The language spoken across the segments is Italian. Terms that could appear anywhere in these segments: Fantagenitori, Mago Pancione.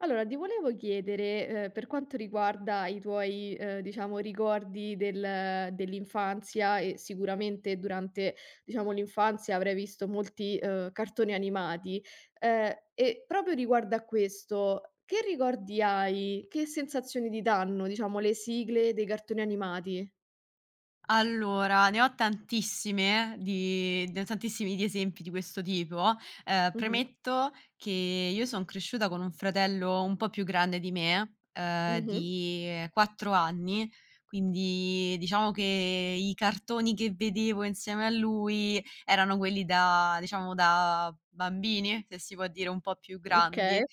Allora, ti volevo chiedere, per quanto riguarda i tuoi, diciamo ricordi dell'infanzia e sicuramente durante, diciamo, l'infanzia avrai visto molti, cartoni animati, e proprio riguardo a questo, che ricordi hai? Che sensazioni ti danno, diciamo, le sigle dei cartoni animati? Allora, ne ho tantissimi di esempi di questo tipo. Mh-mh. Premetto che io son cresciuta con un fratello un po' più grande di me, Mh-mh. di 4 anni, quindi diciamo che i cartoni che vedevo insieme a lui erano quelli da, diciamo, da bambini, se si può dire, un po' più grandi. Okay.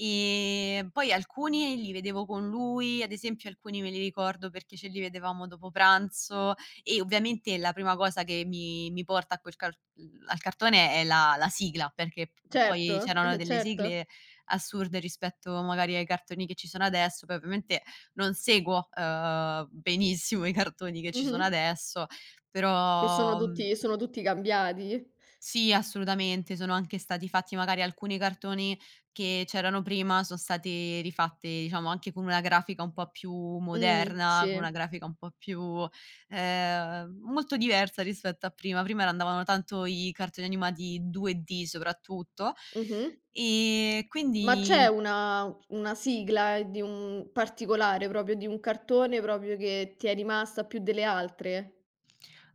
Poi alcuni li vedevo con lui. Ad esempio, alcuni me li ricordo perché ce li vedevamo dopo pranzo, e ovviamente la prima cosa che mi porta a al cartone è la sigla, perché p poi Certo, c'erano delle certo. sigle assurde rispetto magari ai cartoni che ci sono adesso. Poi ovviamente non seguo, benissimo i cartoni che ci Mh-mh. sono adesso, Che però, mhmm sono tutti cambiati. sì, assolutamente. Sono anche stati fatti magari alcuni cartoni che c'erano prima, son stati rifatti, diciamo, anche con una grafica un po' più moderna, Sì. con una grafica un po' più molto diversa rispetto a prima. Prima era andavano tanto i cartoni animati 2D soprattutto, Mh-mh. e Ma c'è quindi. una sigla di un particolare, proprio di un cartone proprio che ti è rimasta più delle altre?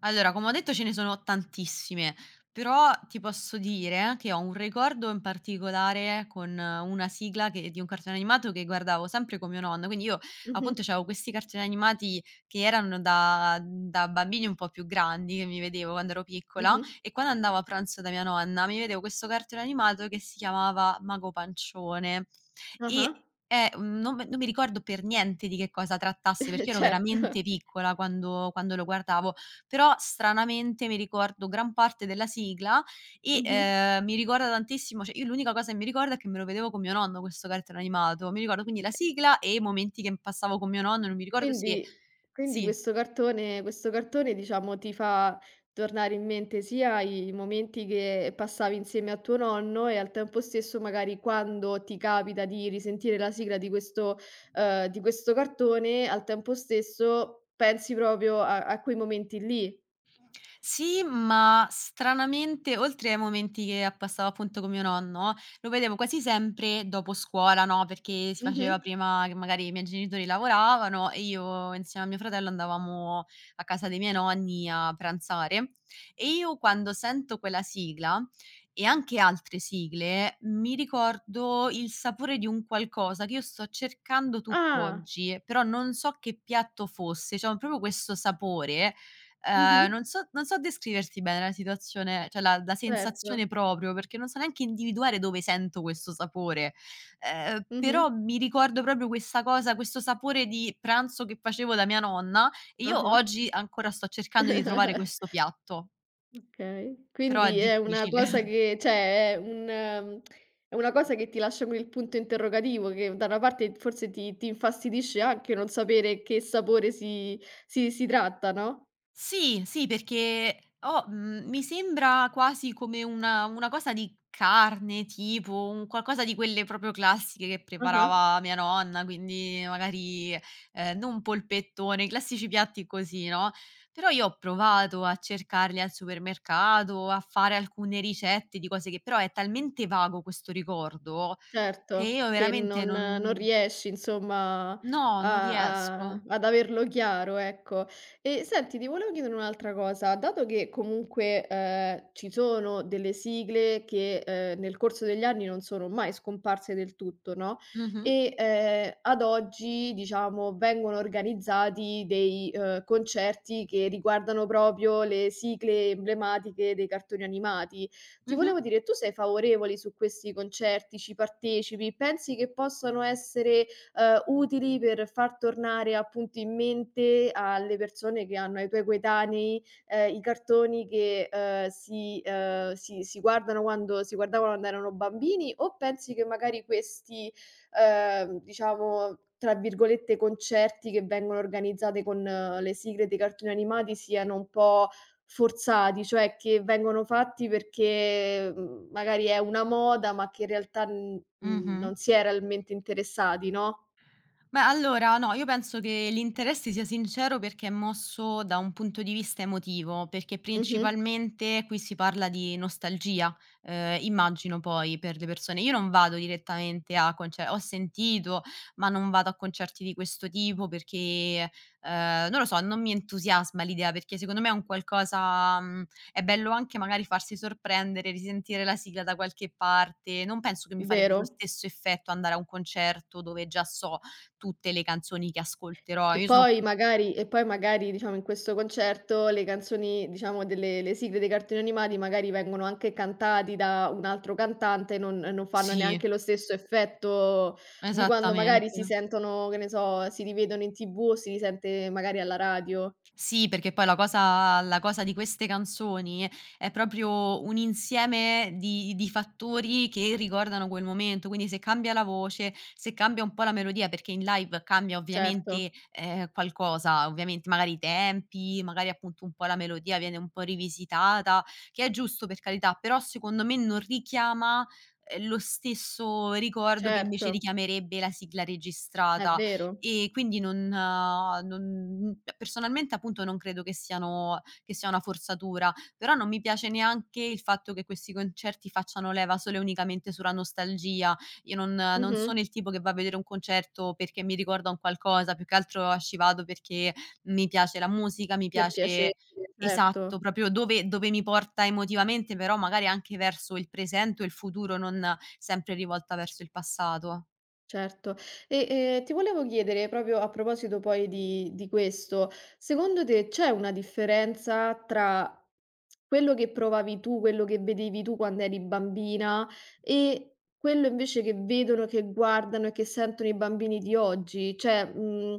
Allora, come ho detto, ce ne sono tantissime, però ti posso dire che ho un ricordo in particolare con una sigla che di un cartone animato che guardavo sempre con mio nonno, quindi io Mh-mh, appunto c'avevo questi cartoni animati che erano da bambini un po' più grandi, che mi vedevo quando ero piccola. mh-mh. E quando andavo a pranzo da mia nonna, mi vedevo questo cartone animato che si chiamava Mago Pancione e, Ah-ah. Non mi ricordo per niente di che cosa trattasse, perché ero Certo. veramente piccola quando lo guardavo, però stranamente mi ricordo gran parte della sigla e, Mh-mh. Mi ricorda tantissimo, cioè io l'unica cosa che mi ricordo è che me lo vedevo con mio nonno, questo cartone animato. Mi ricordo quindi la sigla e i momenti che passavo con mio nonno. Non mi ricordo se. Quindi Sì. Questo cartone, diciamo, ti fa tornare in mente sia i momenti che passavi insieme a tuo nonno e al tempo stesso magari quando ti capita di risentire la sigla di questo cartone, al tempo stesso pensi proprio a quei momenti lì. Sì, ma stranamente, oltre ai momenti che a passavo appunto con mio nonno, lo vedevo quasi sempre dopo scuola, no? Perché si Mh-mh. faceva prima, che magari i miei genitori lavoravano, e io insieme a mio fratello andavamo a casa dei miei nonni a pranzare, e io quando sento quella sigla e anche altre sigle, mi ricordo il sapore di un qualcosa che io sto cercando Ah. tutt'oggi, però non so che piatto fosse, cioè ho proprio questo sapore. Mh-mh. Non so descriverti bene la situazione, cioè la Certo. sensazione proprio, perché non so neanche individuare dove sento questo sapore. Ehm, Mh-mh. però mi ricordo proprio questa cosa, questo sapore di pranzo che facevo da mia nonna, e io Ah-ah. oggi ancora sto cercando di trovare questo piatto, Okay. però è Quindi è una difficile. cosa che cioè è un è una cosa che ti lascia con il punto interrogativo, che da una parte forse ti infastidisce anche non sapere che sapore si tratta, no? Sì, sì, perché mi sembra quasi come una cosa di carne, tipo un qualcosa di quelle proprio classiche che Ah-ah. preparava mia nonna, quindi magari, non polpettone, i classici piatti così, no, però io ho provato a cercarli al supermercato, a fare alcune ricette di cose, che però è talmente vago questo ricordo, che Certo, io che veramente non non riesci insomma a no, non riesco. ad averlo chiaro, ecco. E senti, ti volevo chiedere un'altra cosa, dato che comunque, ci sono delle sigle che, nel corso degli anni non sono mai scomparse del tutto, no, Mh-mh. e, ad oggi diciamo vengono organizzati dei, concerti che riguardano proprio le sigle emblematiche dei cartoni animati. Ti Mh-mh. volevo dire, tu sei favorevole su questi concerti? Ci partecipi? Pensi che possano essere, utili per far tornare appunto in mente alle persone che hanno ai tuoi coetanei, i cartoni che, si si guardano quando si guardavano quando erano bambini, o pensi che magari questi, diciamo, tra virgolette, "concerti" che vengono organizzate con le sigle dei cartoni animati siano un po' forzati, cioè che vengono fatti perché, magari è una moda, ma che in realtà, Mh-mh. non si è realmente interessati, no. Beh, allora no, io penso che l'interesse sia sincero perché è mosso da un punto di vista emotivo, perché Mh-mh, principalmente qui si parla di nostalgia, immagino poi per le persone. Io non vado direttamente a conce ho sentito, ma non vado a concerti di questo tipo perché, non lo so, non mi entusiasma l'idea, perché secondo me è un qualcosa, è bello anche magari farsi sorprendere, risentire la sigla da qualche parte. Non penso che mi farebbe lo vero. stesso effetto andare a un concerto dove già so tutte le canzoni che ascolterò. E Io sono poi più. magari diciamo in questo concerto le canzoni, diciamo delle le sigle dei cartoni animati magari vengono anche cantati da un altro cantante, non fanno neanche Sì, lo stesso effetto di quando magari esattamente. si sentono, che ne so, si rivedono in TV o si risente magari alla radio. Sì, perché poi la cosa di queste canzoni è proprio un insieme di fattori che ricordano quel momento, quindi se cambia la voce, se cambia un po' la melodia, perché in live cambia Certo, ovviamente, qualcosa, ovviamente magari i tempi, magari appunto un po' la melodia viene un po' rivisitata, che è giusto, per carità, però secondo me non richiama, lo stesso ricordo che invece certo. richiamerebbe la sigla È registrata. vero. E quindi non personalmente appunto non credo che sia una forzatura, però non mi piace neanche il fatto che questi concerti facciano leva solo e unicamente sulla nostalgia. Io non Mh-mh. sono il tipo che va a vedere un concerto perché mi ricorda un qualcosa, più che altro ci vado perché mi piace la musica, mi Per piace. piacere, Esatto, certo, proprio dove mi porta emotivamente, però magari anche verso il presente o il futuro, non sempre rivolta verso il passato. certo. E, ti volevo chiedere proprio a proposito poi di questo, secondo te c'è una differenza tra quello che provavi tu, quello che vedevi tu quando eri bambina e quello invece che vedono, che guardano e che sentono i bambini di oggi, cioè,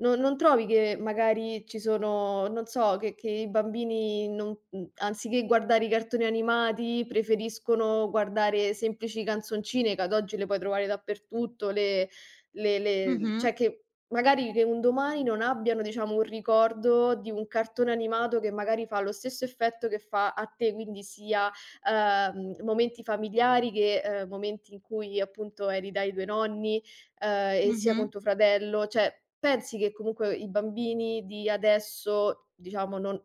no non trovi che magari ci sono non so, che i bambini non anziché guardare i cartoni animati, preferiscono guardare semplici canzoncine che ad oggi le puoi trovare dappertutto, le Mh-mh. cioè che magari che un domani non abbiano, diciamo, un ricordo di un cartone animato che magari fa lo stesso effetto che fa a te, quindi sia momenti familiari che, momenti in cui appunto eri dai tuoi nonni, e sia con Mh-mh. tuo fratello. Cioè, pensi che comunque i bambini di adesso, diciamo, non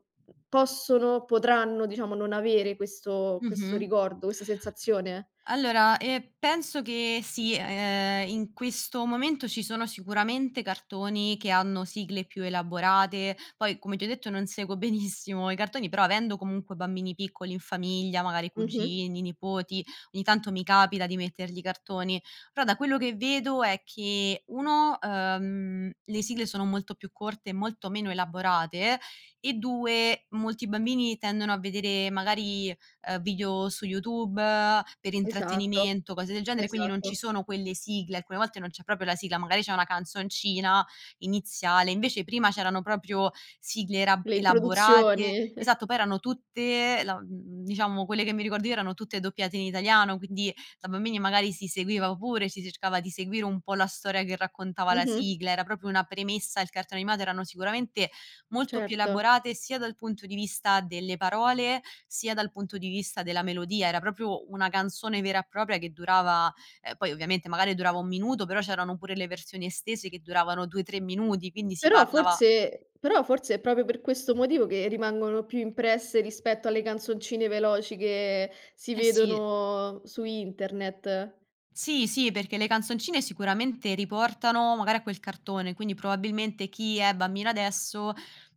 possono potranno, diciamo, non avere questo Mh-mh. ricordo, questa sensazione? Allora, penso che sì, in questo momento ci sono sicuramente cartoni che hanno sigle più elaborate, poi come ti ho detto non seguo benissimo i cartoni, però avendo comunque bambini piccoli in famiglia, magari Mh-mh. cugini, nipoti, ogni tanto mi capita di mettergli i cartoni, però da quello che vedo è che 1, le sigle sono molto più corte e molto meno elaborate, e 2, molti bambini tendono a vedere magari video su YouTube per Esatto, intrattenimento, cose del genere, quindi non ci esatto. sono quelle sigle, alcune volte non c'è proprio la sigla, magari c'è una canzoncina iniziale. Invece prima c'erano proprio sigle era Le elaborate. introduzioni. Esatto. Poi erano tutte diciamo, quelle che mi ricordo io erano tutte doppiate in italiano, quindi da bambini magari si seguiva pure, si cercava di seguire un po' la storia che raccontava la Mh-mh. sigla, era proprio una premessa. Il cartone animato erano sicuramente molto più Certo. elaborate, sia dal punto di vista delle parole, sia dal punto di vista della melodia. Era proprio una canzone vera e propria che durava, poi ovviamente magari durava 1 minuto, però c'erano pure le versioni estese che duravano 2, 3 minuti, quindi si Però parlava. forse è proprio per questo motivo che rimangono più impresse rispetto alle canzoncine veloci che si Eh sì. vedono su internet. Sì, sì, perché le canzoncine sicuramente riportano magari a quel cartone, quindi probabilmente chi è bambino adesso,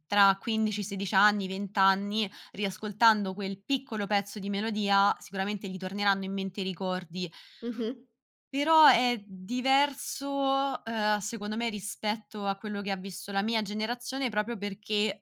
tra 15, 16 anni, 20 anni, riascoltando quel piccolo pezzo di melodia, sicuramente gli torneranno in mente i ricordi. Mh-mh. Però è diverso, secondo me, rispetto a quello che ha visto la mia generazione, proprio perché,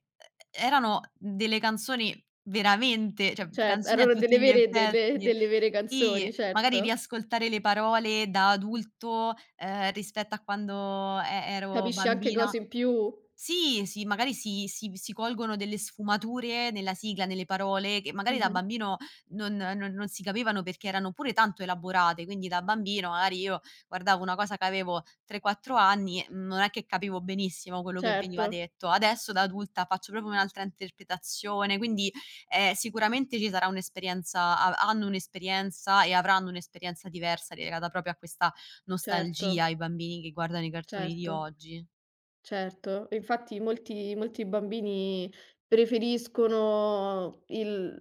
erano delle canzoni veramente, cioè Certo, canzoni a erano delle tutti gli vere delle effetti. delle vere Sì, canzoni, magari certo. riascoltare le parole da adulto, rispetto a quando ero Capisci anche bambina. cose in più. Sì, sì, magari si colgono delle sfumature nella sigla, nelle parole che magari da Mh-mh. bambino non si capivano perché erano pure tanto elaborate, quindi da bambino magari io guardavo una cosa, che avevo 3, 4 anni, non è che capivo benissimo quello che Certo, veniva detto. Adesso da adulta faccio proprio un'altra interpretazione, quindi, sicuramente ci sarà un'esperienza ha hanno un'esperienza e avranno un'esperienza diversa legata proprio a questa nostalgia, certo, i bambini che guardano i cartoni di certo. oggi. Certo, infatti molti bambini preferiscono il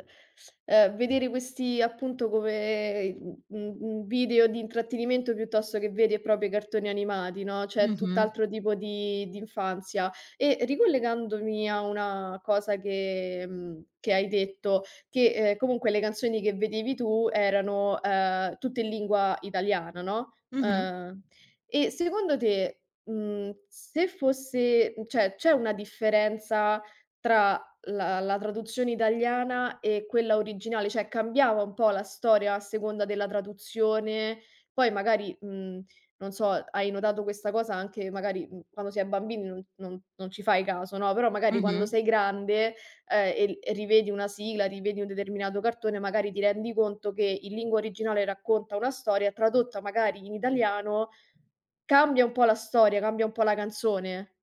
vedere questi appunto come, video di intrattenimento piuttosto che veri e propri cartoni animati, no, c'è Mh-mh. tutt'altro tipo di infanzia. E ricollegandomi a una cosa che che hai detto, che, comunque le canzoni che vedevi tu erano, tutte in lingua italiana, no, Mh-mh, ehm, e secondo te se fosse cioè, c'è una differenza tra la traduzione italiana e quella originale? Cioè, cambiava un po' la storia a seconda della traduzione? Poi magari, non so, hai notato questa cosa anche magari, quando si è bambini non ci fai caso, no, però magari quando mh-mh. sei grande, e l e rivedi una sigla, rivedi un determinato cartone, magari ti rendi conto che in lingua originale racconta una storia, tradotta magari in italiano cambia un po' la storia, cambia un po' la canzone.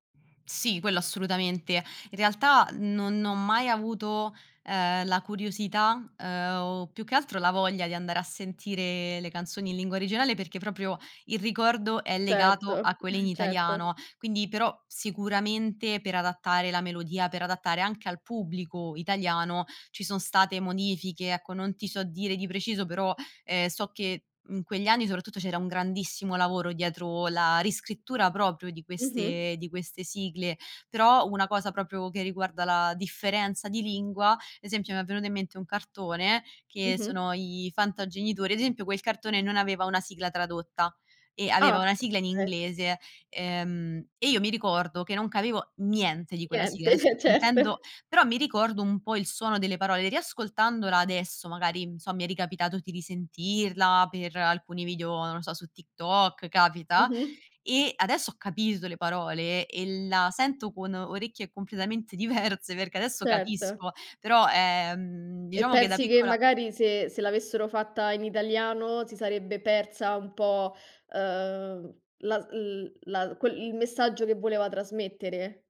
Sì, quello assolutamente. In realtà non ho mai avuto, la curiosità, o più che altro la voglia, di andare a sentire le canzoni in lingua originale, perché proprio il ricordo è legato a Certo, quelle in certo. italiano. Quindi però sicuramente per adattare la melodia, per adattare anche al pubblico italiano, ci son state modifiche, ecco, non ti so dire di preciso, però. So che in quegli anni soprattutto c'era un grandissimo lavoro dietro la riscrittura proprio di Mh-mh, queste di queste sigle, però una cosa proprio che riguarda la differenza di lingua. Ad esempio, mi è venuto in mente un cartone, che mh-mh. sono i Fantagenitori. Ad esempio, quel cartone non aveva una sigla tradotta e aveva una Ah, sigla in okay. inglese, e io mi ricordo che non capivo niente di quella sigla. Niente, Adesso certo. sentendo. Però mi ricordo un po' il suono delle parole. Riascoltandola adesso magari, non so, mi è ricapitato di risentirla per alcuni video, non lo so, su TikTok, capita, Mh-mh, e adesso ho capito le parole e la sento con orecchie completamente diverse, perché adesso certo. capisco, però, E diciamo che da pensi che piccola. magari se l'avessero fatta in italiano si sarebbe persa un po', la l la quel il messaggio che voleva trasmettere?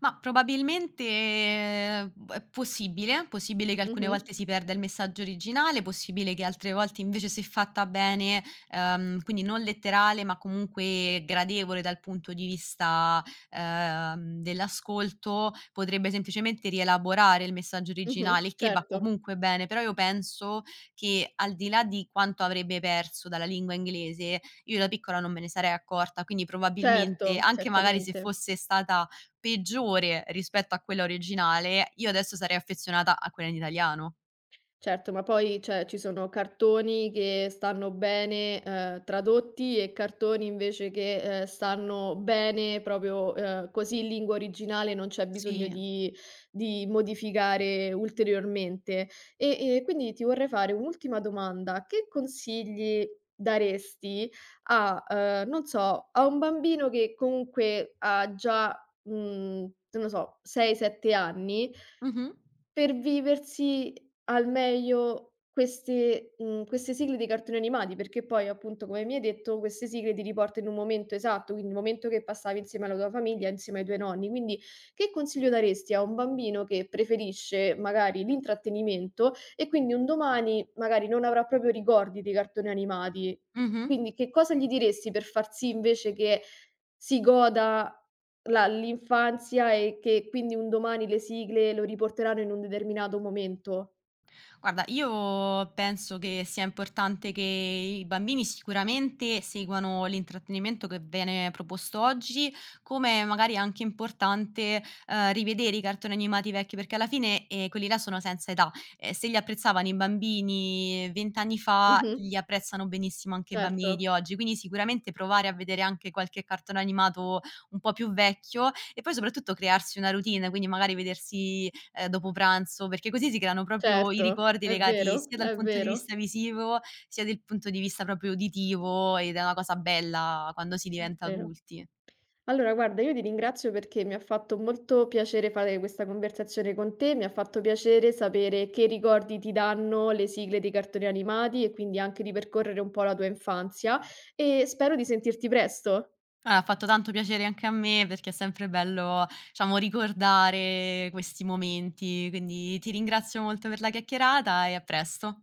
Ma probabilmente, b è possibile, possibile che alcune Mh-mh, volte si perda il messaggio originale, possibile che altre volte invece, se fatta bene, quindi non letterale, ma comunque gradevole dal punto di vista, dell'ascolto, potrebbe semplicemente rielaborare il messaggio mh-mh, originale, il che va certo, comunque bene. Però io penso che al di là di quanto avrebbe perso dalla lingua inglese, io da piccola non me ne sarei accorta, quindi probabilmente certo, anche magari se certamente. fosse stata peggiore rispetto a quella originale, io adesso sarei affezionata a quella in italiano. Certo, ma poi, cioè, ci sono cartoni che stanno bene, tradotti e cartoni invece che, stanno bene proprio, così in lingua originale, non c'è bisogno Sì. di modificare ulteriormente. E quindi ti vorrei fare un'ultima domanda: che consigli daresti a non so, a un bambino che comunque ha già, non lo so, 6, 7 anni Mh-mh. per viversi al meglio queste queste sigle dei cartoni animati, perché poi appunto, come mi hai detto, queste sigle ti riportano in un momento esatto, quindi il momento che passavi insieme alla tua famiglia, insieme ai tuoi nonni. Quindi che consiglio daresti a un bambino che preferisce magari l'intrattenimento e quindi un domani magari non avrà proprio ricordi dei cartoni animati? Mh-mh. Quindi che cosa gli diresti per far sì invece che si goda la l'infanzia e che quindi un domani le sigle lo riporteranno in un determinato momento. Guarda, io penso che sia importante che i bambini sicuramente seguano l'intrattenimento che viene proposto oggi, come magari è anche importante, rivedere i cartoni animati vecchi, perché alla fine, quelli là sono senza età. E se li apprezzavano i bambini 20 anni fa, Mh-mh. li apprezzano benissimo anche i Certo, bambini di oggi. Quindi sicuramente provare a vedere anche qualche cartone animato un po' più vecchio, e poi soprattutto crearsi una routine, quindi magari vedersi dopo pranzo, perché così si creano proprio i certo, ricordi è legati vero, sia dal punto di vista visivo, sia del punto di vista proprio uditivo, ed è una cosa bella quando si è diventa vero. adulti. Allora guarda, io ti ringrazio perché mi ha fatto molto piacere fare questa conversazione con te, mi ha fatto piacere sapere che ricordi ti danno le sigle dei cartoni animati e quindi anche ripercorrere un po' la tua infanzia e spero di sentirti presto. Guarda, ha fatto tanto piacere anche a me, perché è sempre bello, diciamo, ricordare questi momenti, quindi ti ringrazio molto per la chiacchierata, e a presto.